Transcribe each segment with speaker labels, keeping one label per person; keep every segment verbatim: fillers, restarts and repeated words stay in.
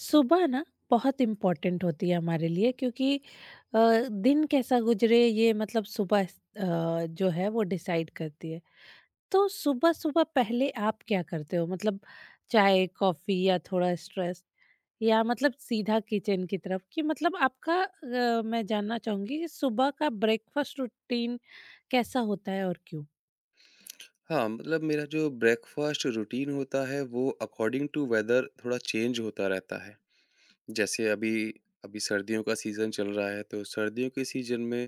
Speaker 1: सुबह ना बहुत इम्पोर्टेंट होती है हमारे लिए क्योंकि अ, दिन कैसा गुजरे ये मतलब सुबह अ, जो है वो डिसाइड करती है। तो सुबह सुबह पहले आप क्या करते हो? मतलब चाय कॉफी या थोड़ा स्ट्रेस या मतलब सीधा किचन की तरफ? कि मतलब आपका अ, मैं जानना चाहूंगी कि सुबह का ब्रेकफास्ट रूटीन कैसा होता है और क्यों?
Speaker 2: हाँ, मतलब मेरा जो ब्रेकफ़ास्ट रूटीन होता है वो अकॉर्डिंग टू वेदर थोड़ा चेंज होता रहता है। जैसे अभी अभी सर्दियों का सीज़न चल रहा है तो सर्दियों के सीज़न में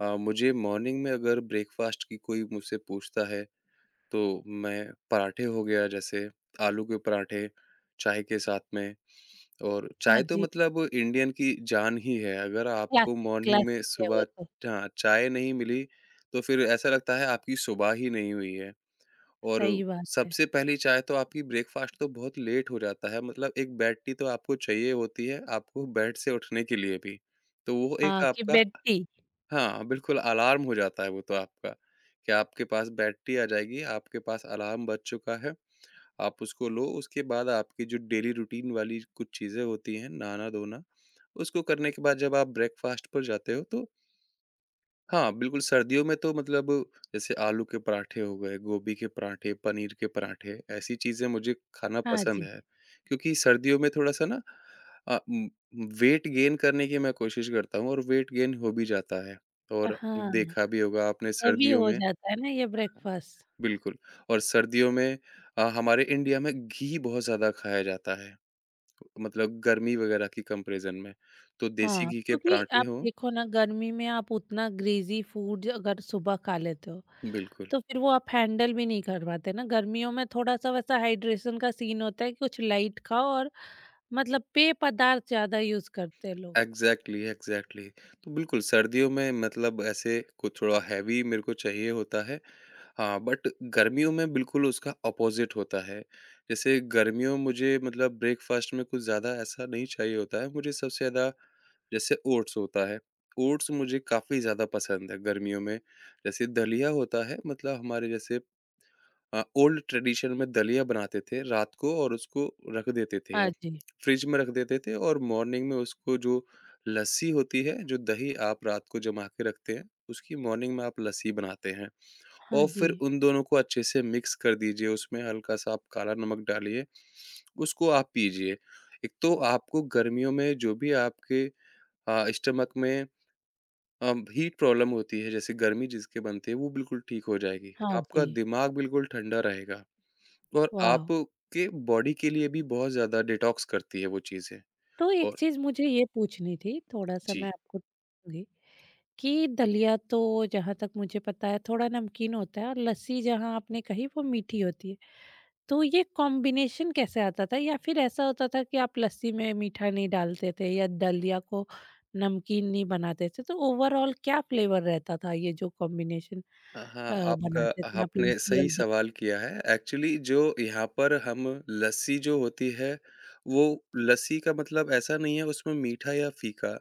Speaker 2: अ, मुझे मॉर्निंग में अगर ब्रेकफ़ास्ट की कोई मुझसे पूछता है तो मैं पराठे हो गया जैसे आलू के पराठे चाय के साथ में। और
Speaker 1: हाँ
Speaker 2: चाय तो
Speaker 1: जी।
Speaker 2: मतलब इंडियन की जान ही है। अगर आपको
Speaker 1: क्लासिक
Speaker 2: मॉर्निंग में
Speaker 1: क्लासिक है वो
Speaker 2: सुबह
Speaker 1: तो।
Speaker 2: हाँ, चाय नहीं मिली तो फिर ऐसा लगता है आपकी सुबह ही नहीं हुई है। और
Speaker 1: सही बात है।
Speaker 2: सबसे पहली चाय तो आपकी ब्रेकफ़ास्ट तो बहुत लेट हो जाता है, मतलब एक बेड टी तो आपको चाहिए होती है, आपको बेड से उठने के लिए भी। तो वो एक
Speaker 1: हाँ, कि
Speaker 2: आपका
Speaker 1: बेड टी।
Speaker 2: हाँ, बिल्कुल अलार्म हो जाता है वो तो आपका, कि आपके पास बेड टी आ जाएगी, आपके पास अलार्म बज चुका है, आप उसको लो, उसके बाद आपकी जो डेली रूटीन वाली कुछ चीज़ें होती हैं, नहाना-धोना, उसको करने के बाद जब आप ब्रेकफ़ास्ट पर जाते हो तो हाँ, बिल्कुल, सर्दियों में तो मतलब जैसे आलू के पराठे हो गए, गोभी के पराठे, पनीर के पराठे, ऐसी चीज़ें मुझे खाना
Speaker 1: हाँ
Speaker 2: पसंद
Speaker 1: जी
Speaker 2: है। क्योंकि सर्दियों में थोड़ा-सा ना अ, उम, वेट गेन करने की मैं कोशिश करता हूँ और वेट गेन हो भी जाता है। और
Speaker 1: हाँ।
Speaker 2: देखा भी होगा आपने
Speaker 1: हेवी
Speaker 2: सर्दियों
Speaker 1: हो
Speaker 2: में
Speaker 1: जाता है ना ये ब्रेकफास्ट।
Speaker 2: बिल्कुल। और सर्दियों में अ, हमारे इंडिया में घी बहुत ज़्यादा खाया जाता है, मतलब गर्मी वगैरह की कंपैरिज़न में। तो देसी
Speaker 1: हाँ,
Speaker 2: घी के
Speaker 1: क्योंकि
Speaker 2: पराठे
Speaker 1: आप
Speaker 2: हों
Speaker 1: देखो ना गर्मी में आप उतना ग्रीज़ी फूड अगर सुबह खा लेते हो,
Speaker 2: बिल्कुल।
Speaker 1: तो फिर वो आप हैंडल भी नहीं कर पाते ना। गर्मियों में थोड़ा-सा वैसा हाइड्रेशन का सीन होता है कि कुछ लाइट खाओ और मतलब पेय पदार्थ ज़्यादा यूज़ करते हैं लोग।
Speaker 2: Exactly, exactly. तो बिल्कुल सर्दियों में मतलब ऐसे कुछ थोड़ा हैवी मेरे को चाहिए होता है। हाँ, बट गर्मियों में बिल्कुल उसका अपोज़िट होता है। जैसे गर्मियों में मुझे मतलब ब्रेकफ़ास्ट में कुछ ज़्यादा ऐसा नहीं चाहिए होता है। मुझे सबसे ज़्यादा जैसे ओट्स होता है, ओट्स मुझे काफ़ी ज़्यादा पसंद है गर्मियों में। जैसे दलिया होता है मतलब हमारे जैसे अ, ओल्ड ट्रेडिशन में दलिया बनाते थे रात को और उसको रख देते थे
Speaker 1: हाँ
Speaker 2: हम।
Speaker 1: जी।
Speaker 2: फ्रिज में रख देते थे और मॉर्निंग में उसको जो लस्सी होती है, जो दही आप रात को जमा के रखते हैं, उसकी मॉर्निंग में आप लस्सी बनाते हैं
Speaker 1: हाँ
Speaker 2: और
Speaker 1: जी।
Speaker 2: फिर उन दोनों को अच्छे से मिक्स कर दीजिए, उसमें हल्का-सा आप काला नमक डालिए, उसको आप पीजिए। एक तो आपको गर्मियों में जो भी आपके अ, स्टमक में अ, हीट प्रॉब्लम होती है, जैसे गर्मी जिसके बनती है, वो बिल्कुल ठीक हो जाएगी।
Speaker 1: हाँ जी।
Speaker 2: आपका दिमाग बिल्कुल ठंडा रहेगा। और
Speaker 1: वाव!
Speaker 2: आपके बॉडी के लिए भी बहुत ज़्यादा डिटॉक्स करती है वो चीज़ें
Speaker 1: तो एक
Speaker 2: और
Speaker 1: चीज़ मुझे ये पूछनी थी, थोड़ा-सा मैं
Speaker 2: जी।
Speaker 1: आपको पूछूँगी कि दलिया तो जहाँ तक मुझे पता है थोड़ा नमकीन होता है और लस्सी जहाँ आपने कही वो मीठी होती है। तो ये कॉम्बिनेशन कैसे आता था? या फिर ऐसा होता था कि आप लस्सी में मीठा नहीं डालते थे या दलिया को नमकीन नहीं बनाते थे? तो ओवरऑल क्या फ्लेवर रहता था ये जो कॉम्बिनेशन
Speaker 2: अ, हाँ, आपका
Speaker 1: बनाते थे आप
Speaker 2: आपने
Speaker 1: लस्सी
Speaker 2: सही
Speaker 1: और द...?
Speaker 2: सवाल किया है। एक्चुअली जो यहाँ पर हम लस्सी जो होती है, वो लस्सी का मतलब ऐसा नहीं है उसमें मीठा या फ़ीका।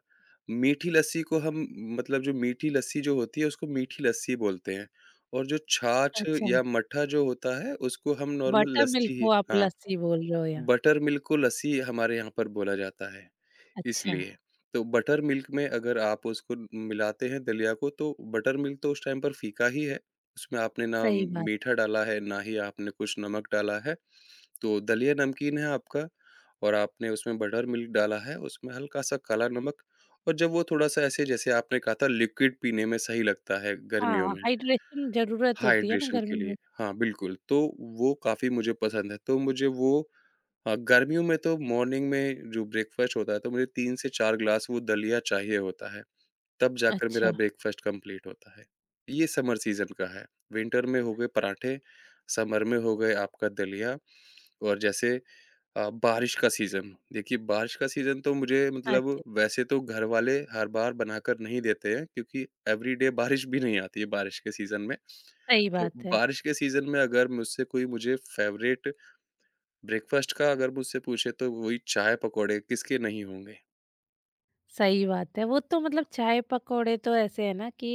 Speaker 2: मीठी लस्सी को हम मतलब जो मीठी लस्सी जो होती है उसको मीठी लस्सी बोलते हैं और जो छाछ
Speaker 1: अच्छा,
Speaker 2: या मट्ठा जो होता है उसको हम नॉर्मल
Speaker 1: बटर मिल्क
Speaker 2: लस्सी ही
Speaker 1: को आप
Speaker 2: हाँ,
Speaker 1: लस्सी बोल रहे हो यहाँ।
Speaker 2: बटर मिल्क को लस्सी हमारे यहाँ पर बोला जाता है।
Speaker 1: अच्छा।
Speaker 2: इसलिए। तो बटर मिल्क में अगर आप उसको मिलाते हैं दलिया को तो बटर मिल्क तो उस टाइम पर फीका ही है। उसमें आपने ना
Speaker 1: सही बात।
Speaker 2: मीठा डाला है, ना ही आपने कुछ नमक डाला है। तो दलिया नमकीन है आपका और आपने उसमें बटर मिल्क डाला है, उसमें हल्का-सा काला नमक और जब वो थोड़ा-सा ऐसे जैसे आपने कहा था लिक्विड पीने में सही लगता है गर्मियों
Speaker 1: हाँ,
Speaker 2: में,
Speaker 1: हाइड्रेशन जरूरत होती है ना
Speaker 2: हाइड्रेशन के
Speaker 1: गर्मी में।
Speaker 2: लिए। हाँ, बिल्कुल। तो वो काफ़ी मुझे पसंद है। तो मुझे वो हाँ, गर्मियों में तो मॉर्निंग में जो ब्रेकफ़ास्ट होता है तो मुझे तीन से चार ग्लास वो दलिया चाहिए होता है, तब जाकर
Speaker 1: अच्छा।
Speaker 2: मेरा ब्रेकफ़ास्ट कंप्लीट होता है। ये समर सीज़न का है, विंटर में हो गए पराठे, समर में हो गए आपका दलिया और जैसे अ, बारिश का सीज़न, देखिए बारिश का सीज़न तो मुझे मतलब
Speaker 1: अच्छा।
Speaker 2: वैसे तो घर वाले हर बार बनाकर नहीं देते हैं क्योंकि एवरीडे बारिश भी नहीं आती है बारिश के सीज़न में।
Speaker 1: सही
Speaker 2: तो
Speaker 1: बात है।
Speaker 2: बारिश के सीज़न में अगर मुझसे कोई मुझे फ़ेवरेट ब्रेकफ़ास्ट का अगर मुझसे पूछे तो वही चाय-पकौड़े किसके नहीं होंगे।
Speaker 1: सही बात है। वो तो मतलब चाय पकौड़े तो ऐसे है ना कि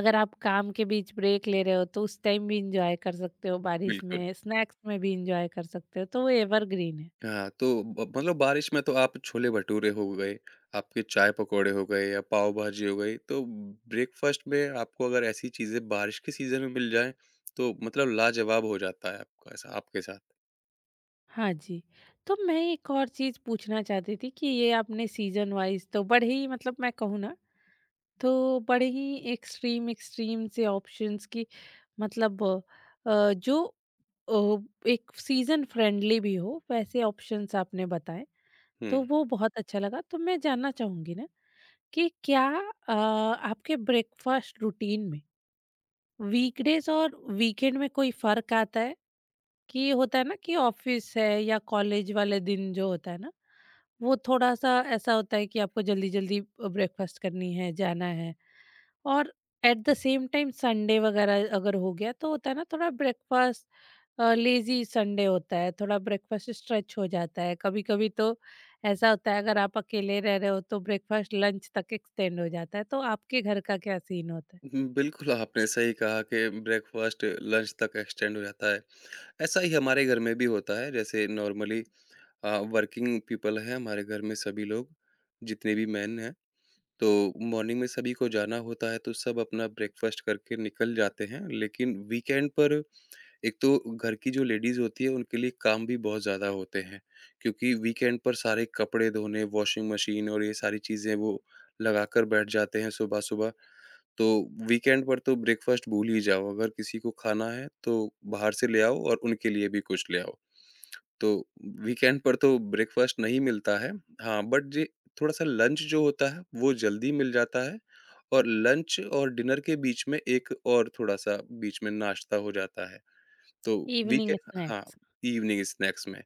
Speaker 1: अगर आप काम के बीच ब्रेक ले रहे हो तो उस टाइम भी एन्जॉय कर सकते हो, बारिश
Speaker 2: बिल्कुल।
Speaker 1: में, स्नैक्स में भी एन्जॉय कर सकते हो, तो वो एवरग्रीन है।
Speaker 2: हाँ, तो ब मतलब बारिश में तो आप छोले-भटूरे हो गए, आपके चाय-पकौड़े हो गए या पाव-भाजी हो गई, तो ब्रेकफ़ास्ट में आपको अगर ऐसी चीज़ें बारिश के सीज़न में मिल जाएँ, तो मतलब लाजवाब हो जाता है आपका ऐसा आपके साथ।
Speaker 1: हाँ जी। तो मैं एक और चीज़ पूछना चाहती थी कि ये आपने सीज़न वाइज़ तो बड़े ही मतलब मैं कहूँ ना तो बड़े ही एक्सट्रीम, एक्सट्रीम से ऑप्शंस की मतलब अ, जो अ, एक सीज़न फ्रेंडली भी हो वैसे ऑप्शंस आपने बताए।
Speaker 2: हुँ।
Speaker 1: तो वो बहुत अच्छा लगा। तो मैं जानना चाहूँगी ना कि क्या अ, आपके ब्रेकफ़ास्ट रूटीन में वीकडेज़ और वीकेंड में कोई फ़र्क आता है? कि होता है ना कि ऑफिस है या कॉलेज वाले दिन जो होता है ना वो थोड़ा सा ऐसा होता है कि आपको जल्दी जल्दी ब्रेकफास्ट करनी है, जाना है। और at the same time Sunday वगैरह अगर हो गया तो होता है ना थोड़ा ब्रेकफास्ट, लेजी संडे होता है, थोड़ा ब्रेकफास्ट स्ट्रेच हो जाता है कभी कभी। तो ऐसा होता है अगर आप अकेले रह रहे हो तो ब्रेकफास्ट लंच तक एक्सटेंड हो जाता है। तो आपके घर का क्या सीन होता है?
Speaker 2: हुँ, बिल्कुल आपने सही कहा कि ब्रेकफ़ास्ट लंच तक एक्सटेंड हो जाता है। ऐसा ही हमारे घर में भी होता है, जैसे नॉर्मली अ, वर्किंग पीपल हैं हमारे घर में सभी लोग, जितने भी मेन हैं। तो मॉर्निंग में सभी को जाना होता है तो सब अपना ब्रेकफ़ास्ट करके निकल जाते हैं, लेकिन वीकेंड पर एक तो घर की जो लेडीज़ होती है उनके लिए काम भी बहुत ज़्यादा होते हैं, क्योंकि वीकेंड पर सारे कपड़े धोने, वॉशिंग मशीन और ये सारी चीज़ें वो लगाकर बैठ जाते हैं सुबह-सुबह। तो वीकेंड पर तो ब्रेकफ़ास्ट भूल ही जाओ, अगर किसी को खाना है तो बाहर से ले आओ और उनके लिए भी कुछ ले आओ। तो वीकेंड पर तो ब्रेकफ़ास्ट नहीं मिलता है। हाँ, बट जे थोड़ा-सा लंच जो होता है, वो जल्दी मिल जाता है और लंच और डिनर के बीच में एक और थोड़ा-सा बीच में नाश्ता हो जाता है। तो वीके
Speaker 1: इवनिंग
Speaker 2: हाँ,
Speaker 1: स्नैक्स।
Speaker 2: इवनिंग स्नैक्स में।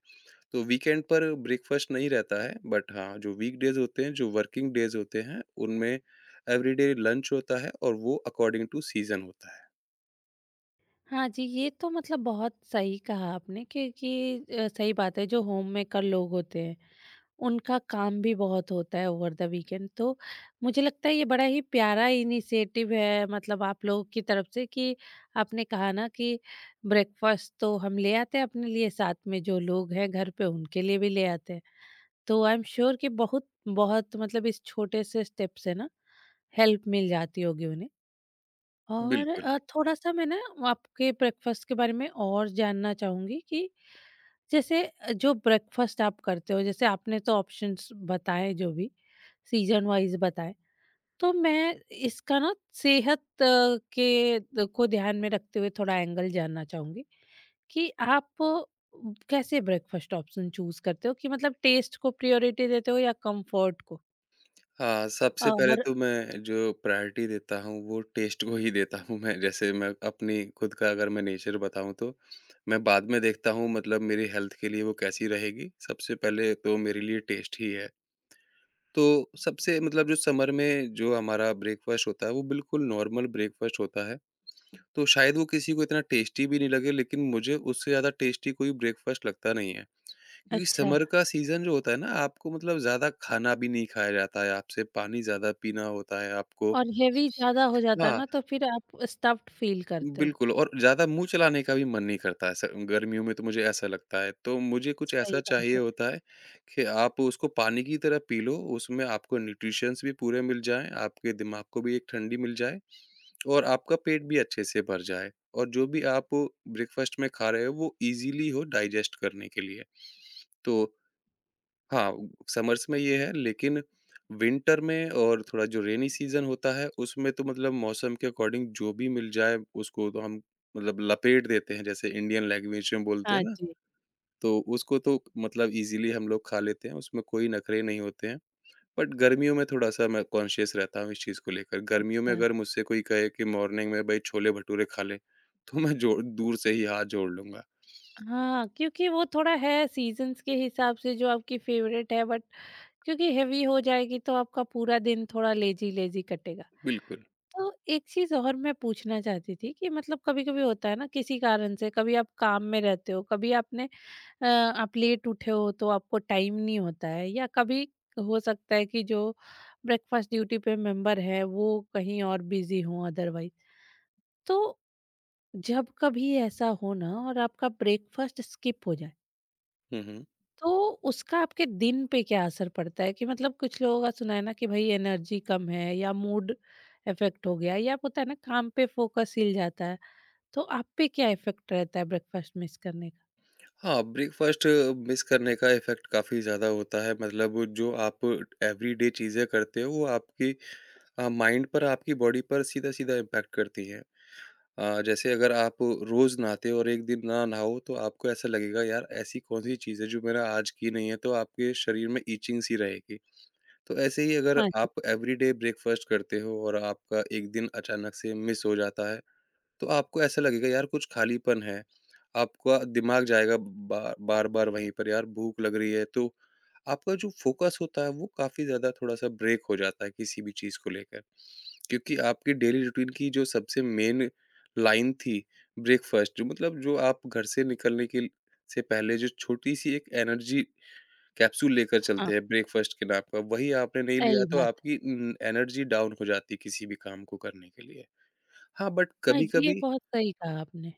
Speaker 2: तो वीकेंड पर ब्रेकफ़ास्ट नहीं रहता है, बट हाँ, जो वीकडेज़ होते हैं, जो वर्किंग डेज़ होते हैं, उनमें एवरीडे लंच होता है और वो अकॉर्डिंग टू सीज़न होता है।
Speaker 1: हाँ जी, ये तो मतलब बहुत सही कहा आपने क्योंकि अ, सही बात है, जो होम मेकर लोग होते हैं, उनका काम भी बहुत होता है ओवर द वीकेंड। तो मुझे लगता है ये बड़ा ही प्यारा इनिशिएटिव है मतलब आप लोगों की तरफ से कि आपने कहा ना कि ब्रेकफास्ट तो हम ले आते हैं अपने लिए, साथ में जो लोग हैं घर पे उनके लिए भी ले आते हैं। तो आई एम श्योर कि बहुत बहुत मतलब इस छोटे से स्टेप से ना हेल्प मिल जाती होगी उन्हें। और
Speaker 2: बिल्कुल।
Speaker 1: अ, थोड़ा-सा मैं ना आपके ब्रेकफ़ास्ट के बारे में और जानना चाहूँगी कि जैसे अ, जो ब्रेकफ़ास्ट आप करते हो, जैसे आपने तो ऑप्शंस बताए जो भी, सीज़न वाइज़ बताए। तो मैं इसका ना सेहत अ, के द को ध्यान में रखते हुए थोड़ा एंगल जानना चाहूँगी कि आप उम, कैसे ब्रेकफ़ास्ट ऑप्शन चूज़ करते हो? कि मतलब टेस्ट को प्रायोरिटी देते हो या कम्फ़र्ट को?
Speaker 2: हाँ, सबसे पहले
Speaker 1: और
Speaker 2: तो मैं जो प्रायोरिटी देता हूँ वो टेस्ट को ही देता हूँ मैं जैसे मैं अपनी खुद का अगर मैं नेचर बताऊँ तो, मैं बाद में देखता हूँ मतलब मेरी हेल्थ के लिए वो कैसी रहेगी, सबसे पहले तो मेरे लिए टेस्ट ही है। तो सबसे मतलब जो समर में जो हमारा ब्रेकफ़ास्ट होता है वो बिल्कुल नॉर्मल ब्रेकफ़ास्ट होता है, तो शायद वो किसी को इतना टेस्टी भी नहीं लगे लेकिन मुझे उससे ज़्यादा टेस्टी कोई ब्रेकफ़ास्ट लगता नहीं है। क्योंकि
Speaker 1: अच्छा।
Speaker 2: समर का सीज़न जो होता है ना, आपको मतलब ज़्यादा खाना भी नहीं खाया जाता है आपसे, पानी ज़्यादा पीना होता है आपको
Speaker 1: और हेवी ज़्यादा हो जाता है
Speaker 2: हाँ,
Speaker 1: ना तो फिर आप स्टफ़्ड फ़ील करते हो।
Speaker 2: बिल्कुल और ज़्यादा मुँह चलाने का भी मन नहीं करता है स गर्मियों में तो मुझे ऐसा लगता है। तो मुझे कुछ
Speaker 1: सही
Speaker 2: ऐसा
Speaker 1: बात
Speaker 2: चाहिए
Speaker 1: है।
Speaker 2: होता है कि आप उसको पानी की तरह पी लो, उसमें आपको न्यूट्रिशंस भी पूरे मिल जाएँ, आपके दिमाग को भी एक ठंडी मिल जाए और आपका पेट भी अच्छे से भर जाए। और जो भी आप ब्रेकफ़ास्ट में खा रहे हो, वो ईज़िली हो डाइजेस्ट करने के लिए। तो हाँ, समर्स में ये है लेकिन विंटर में और थोड़ा जो रेनी सीज़न होता है उसमें तो मतलब मौसम के अकॉर्डिंग जो भी मिल जाए उसको तो हम मतलब लपेट देते हैं जैसे इंडियन लैंग्वेज में बोलते
Speaker 1: हाँ
Speaker 2: हैं ना,
Speaker 1: जी,
Speaker 2: तो उसको तो मतलब ईज़िली हम लोग खा लेते हैं, उसमें कोई नखरे नहीं होते हैं। बट गर्मियों में थोड़ा-सा मैं कॉन्शियस रहता हूँ इस चीज़ को लेकर। गर्मियों में
Speaker 1: अच्छा।
Speaker 2: अगर मुझसे कोई कहे कि मॉर्निंग में भई छोले भटूरे खा ले, तो मैं जोड़ दूर से ही हाथ जोड़ लूँगा।
Speaker 1: हाँ, क्योंकि वो थोड़ा है सीज़न्स के हिसाब से जो आपकी फ़ेवरेट है, बट क्योंकि हेवी हो जाएगी तो आपका पूरा दिन थोड़ा लेज़ी-लेज़ी कटेगा।
Speaker 2: बिल्कुल।
Speaker 1: तो एक चीज़ और मैं पूछना चाहती थी कि मतलब कभी-कभी होता है ना किसी कारण से, कभी आप काम में रहते हो, कभी आपने अ, आप लेट उठे हो तो आपको टाइम नहीं होता है, या कभी हो सकता है कि जो ब्रेकफ़ास्ट ड्यूटी पे मेंबर है वो कहीं और बिज़ी हों अदरवाइज़। तो जब कभी ऐसा हो ना और आपका ब्रेकफास्ट स्किप हो जाए
Speaker 2: हुँ, हुँ।
Speaker 1: तो उसका आपके दिन पे क्या असर पड़ता है? कि मतलब कुछ लोगों का सुना है ना कि भाई एनर्जी कम है, या मूड इफेक्ट हो गया, या होता है ना काम पे फोकस हिल जाता है, तो आप पे क्या इफेक्ट रहता है ब्रेकफास्ट मिस करने का?
Speaker 2: हाँ, ब्रेकफ़ास्ट मिस करने का इफ़ेक्ट काफ़ी ज़्यादा होता है मतलब जो आप एवरीडे चीज़ें करते हो वो आपकी अ, माइंड पर, आपकी बॉडी पर सीधा-सीधा इम्पैक्ट करती हैं। अ, जैसे अगर आप रोज़ नहाते हो और एक दिन ना नहाओ तो आपको ऐसा लगेगा यार ऐसी कौन-सी चीज़ है जो मैंने आज की नहीं है, तो आपके शरीर में इचिंग सी रहेगी। तो ऐसे ही अगर
Speaker 1: हाँ जी।
Speaker 2: आप एवरीडे ब्रेकफ़ास्ट करते हो और आपका एक दिन अचानक से मिस हो जाता है तो आपको ऐसा लगेगा यार कुछ खालीपन है, आपका दिमाग जाएगा बा बार-बार वहीं पर यार भूख लग रही है तो आपका जो फ़ोकस होता है वो काफ़ी ज़्यादा थोड़ा-सा ब्रेक हो जाता है किसी भी चीज़ को लेकर। क्योंकि आपकी डेली रूटीन की जो सबसे मेन लाइन थी ब्रेकफ़ास्ट जो मतलब जो आप घर से निकलने के से पहले जो छोटी-सी एक एनर्जी कैप्सूल लेकर
Speaker 1: हाँ,
Speaker 2: चलते हैं ब्रेकफ़ास्ट के नाम पर, वही आपने नहीं लिया
Speaker 1: सही
Speaker 2: तो
Speaker 1: बात है।
Speaker 2: आपकी उम, एनर्जी डाउन हो जाती है किसी भी काम को करने के लिए। हाँ, बट
Speaker 1: हाँ, ये
Speaker 2: कभी-कभी
Speaker 1: बहुत सही कहा आपने।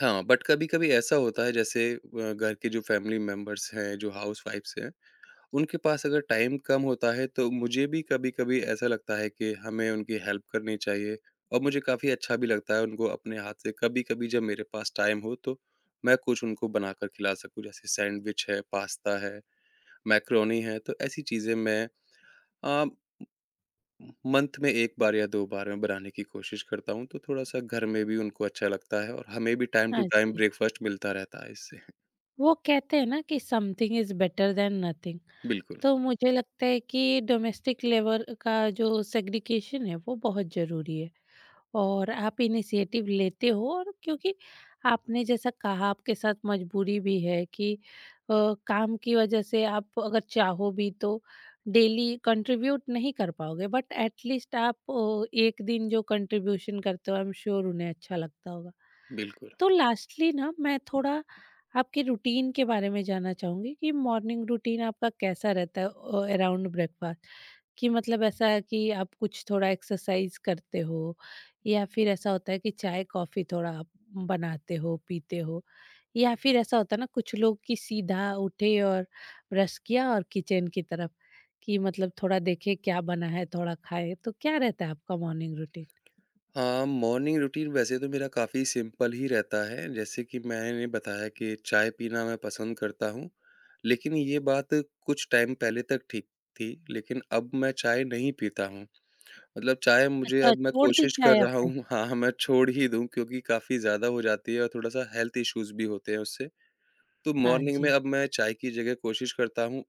Speaker 2: हाँ, बट कभी-कभी ऐसा होता है जैसे अ, घर के जो फैमिली मेंबर्स हैं, जो हाउसवाइफ्स हैं, उनके पास अगर टाइम कम होता है तो मुझे भी कभी-कभी ऐसा लगता है कि हमें उनकी हेल्प करनी चाहिए और मुझे काफ़ी अच्छा भी लगता है उनको अपने हाथ से कभी-कभी जब मेरे पास टाइम हो तो मैं कुछ उनको बनाकर खिला सकूँ, जैसे सैंडविच है, पास्ता है, मैकरोनी है, तो ऐसी चीज़ें मैं अ, मंथ में एक बार या दो बार मैं बनाने की कोशिश करता हूँ, तो थोड़ा-सा घर में भी उनको अच्छा लगता है और हमें भी टाइम टू
Speaker 1: हाँ
Speaker 2: टाइम
Speaker 1: जी।
Speaker 2: ब्रेकफ़ास्ट मिलता रहता है इससे।
Speaker 1: वो कहते हैं ना कि something is better than nothing.
Speaker 2: बिल्कुल,
Speaker 1: तो मुझे लगता है कि डोमेस्टिक लेवल का जो सेग्रीगेशन है वो बहुत जरूरी है और आप इनिशिएटिव लेते हो। और क्योंकि आपने जैसा कहा आपके साथ मजबूरी भी है कि अ, काम की वजह से आप अगर चाहो भी तो डेली कंट्रीब्यूट नहीं कर पाओगे, बट एटलीस्ट आप अ, एक दिन जो कंट्रीब्यूशन करते हो आई एम श्योर उन्हें अच्छा लगता होगा।
Speaker 2: बिल्कुल।
Speaker 1: तो लास्टली ना मैं थोड़ा आपके रूटीन के बारे में जानना चाहूंगी कि मॉर्निंग रूटीन आपका कैसा रहता है अराउंड ब्रेकफास्ट? कि मतलब ऐसा है कि आप कुछ थोड़ा एक्सरसाइज करते हो, या फिर ऐसा होता है कि चाय कॉफी थोड़ा आप बनाते हो पीते हो, या फिर ऐसा होता है ना कुछ लोग कि सीधा उठे और ब्रश किया और किचन की तरफ, कि मतलब थोड़ा देखे क्या बना है थोड़ा खाए? तो क्या रहता है आपका मॉर्निंग रूटीन?
Speaker 2: हाँ, मॉर्निंग रूटीन वैसे तो मेरा काफ़ी सिंपल ही रहता है, जैसे कि मैंने बताया कि चाय पीना मैं पसंद करता हूँ, लेकिन ये बात कुछ टाइम पहले तक ठीक थी, लेकिन अब मैं चाय नहीं पीता हूँ। मतलब चाय मुझे
Speaker 1: अच्छा,
Speaker 2: अब मैं
Speaker 1: छोड़ दी
Speaker 2: कोशिश कर
Speaker 1: चाय
Speaker 2: रहा
Speaker 1: आपने।
Speaker 2: हूँ हाँ, मैं छोड़ ही दूँ क्योंकि काफ़ी ज़्यादा हो जाती है और थोड़ा-सा हेल्थ इश्यूज़ भी होते हैं उससे। तो
Speaker 1: हाँ
Speaker 2: मॉर्निंग में
Speaker 1: जी।
Speaker 2: अब मैं चाय की जगह कोशिश करता हूँ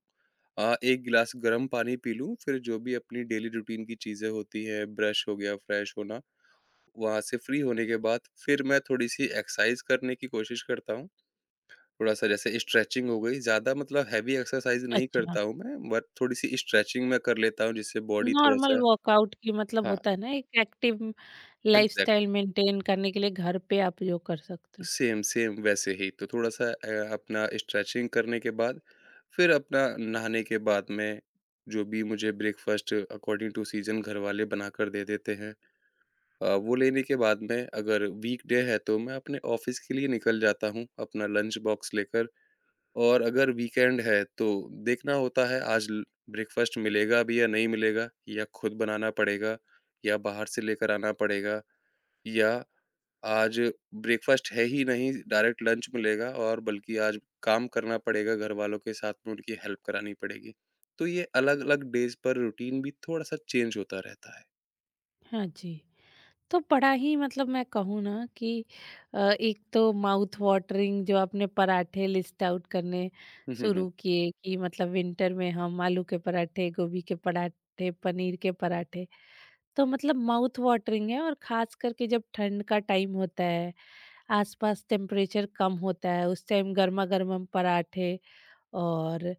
Speaker 2: अ, एक गिलास गर्म पानी पी लूँ, फिर जो भी अपनी डेली रूटीन की चीज़ें होती हैं, ब्रश हो गया, फ्रेश होना, वहाँ से फ्री होने के बाद फिर मैं थोड़ी-सी एक्सरसाइज करने की कोशिश करता हूँ। थोड़ा-सा जैसे स्ट्रेचिंग हो गई, ज़्यादा मतलब हेवी एक्सरसाइज नहीं
Speaker 1: अच्छा,
Speaker 2: करता हूँ मैं, बट थोड़ी-सी स्ट्रेचिंग मैं कर लेता हूँ जिससे बॉडी
Speaker 1: नॉर्मल
Speaker 2: थोड़ा-सा
Speaker 1: वर्कआउट की मतलब
Speaker 2: हाँ,
Speaker 1: होता है ना एक एक्टिव लाइफस्टाइल
Speaker 2: एग्ज़ैक्टली।
Speaker 1: मेंटेन करने के लिए घर पे आप योग कर सकते हो।
Speaker 2: सेम, सेम वैसे ही। तो थोड़ा-सा अ, अपना स्ट्रेचिंग करने के बाद, फिर अपना नहाने के बाद में, जो भी मुझे ब्रेकफ़ास्ट अकॉर्डिंग टू सीज़न घर वाले बनाकर दे देते हैं अ, वो लेने के बाद में अगर वीकडे है तो मैं अपने ऑफ़िस के लिए निकल जाता हूँ, अपना लंच बॉक्स लेकर और अगर वीकेंड है तो देखना होता है आज ल ब्रेकफ़ास्ट मिलेगा भी या नहीं मिलेगा या खुद बनाना पड़ेगा या बाहर से लेकर आना पड़ेगा। या आज ब्रेकफास्ट है ही नहीं, डायरेक्ट लंच मिलेगा और बल्कि आज काम करना पड़ेगा घरवालों के साथ में उनकी हेल्प करानी पड़ेगी। तो ये अलग-अलग डेज़ पर रूटीन भी थोड़ा-सा चेंज होता रहता है।
Speaker 1: हाँ जी। तो बड़ा ही मतलब मैं कहूँ ना कि अ, एक तो माउथ वाटरिंग जो आपने पराठे लिस्ट आउट करने
Speaker 2: हुँ, हुँ, हुँ।
Speaker 1: शुरू किए कि मतलब विंटर में हम आलू के पराठे, गोभी के पराठे, पनीर के पराठे, तो मतलब माउथ वाटरिंग है। और खास करके जब ठंड का टाइम होता है, आसपास टेम्परेचर कम होता है, उस टाइम गरमा-गरम हम पराठे और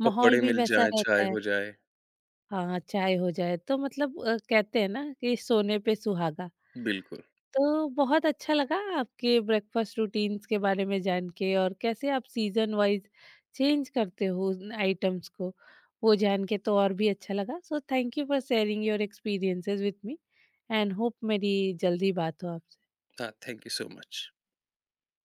Speaker 1: माहौल
Speaker 2: पकौड़े
Speaker 1: भी
Speaker 2: मिल
Speaker 1: वैसा
Speaker 2: जाएँ,
Speaker 1: रहता
Speaker 2: चाय
Speaker 1: है।
Speaker 2: हो जाए।
Speaker 1: हाँ, चाय हो जाए तो मतलब अ, कहते हैं ना कि सोने पे सुहागा।
Speaker 2: बिल्कुल।
Speaker 1: तो बहुत अच्छा लगा आपके ब्रेकफास्ट रूटीन्स के बारे में जान के, और कैसे आप सीज़न वाइज़ चेंज करते हो उन आइटम्स को, वो जान के तो और भी अच्छा लगा। So thank you for sharing your experiences with me and hope मेरी जल्दी बात हो
Speaker 2: हाँ, थैंक यू सो मच।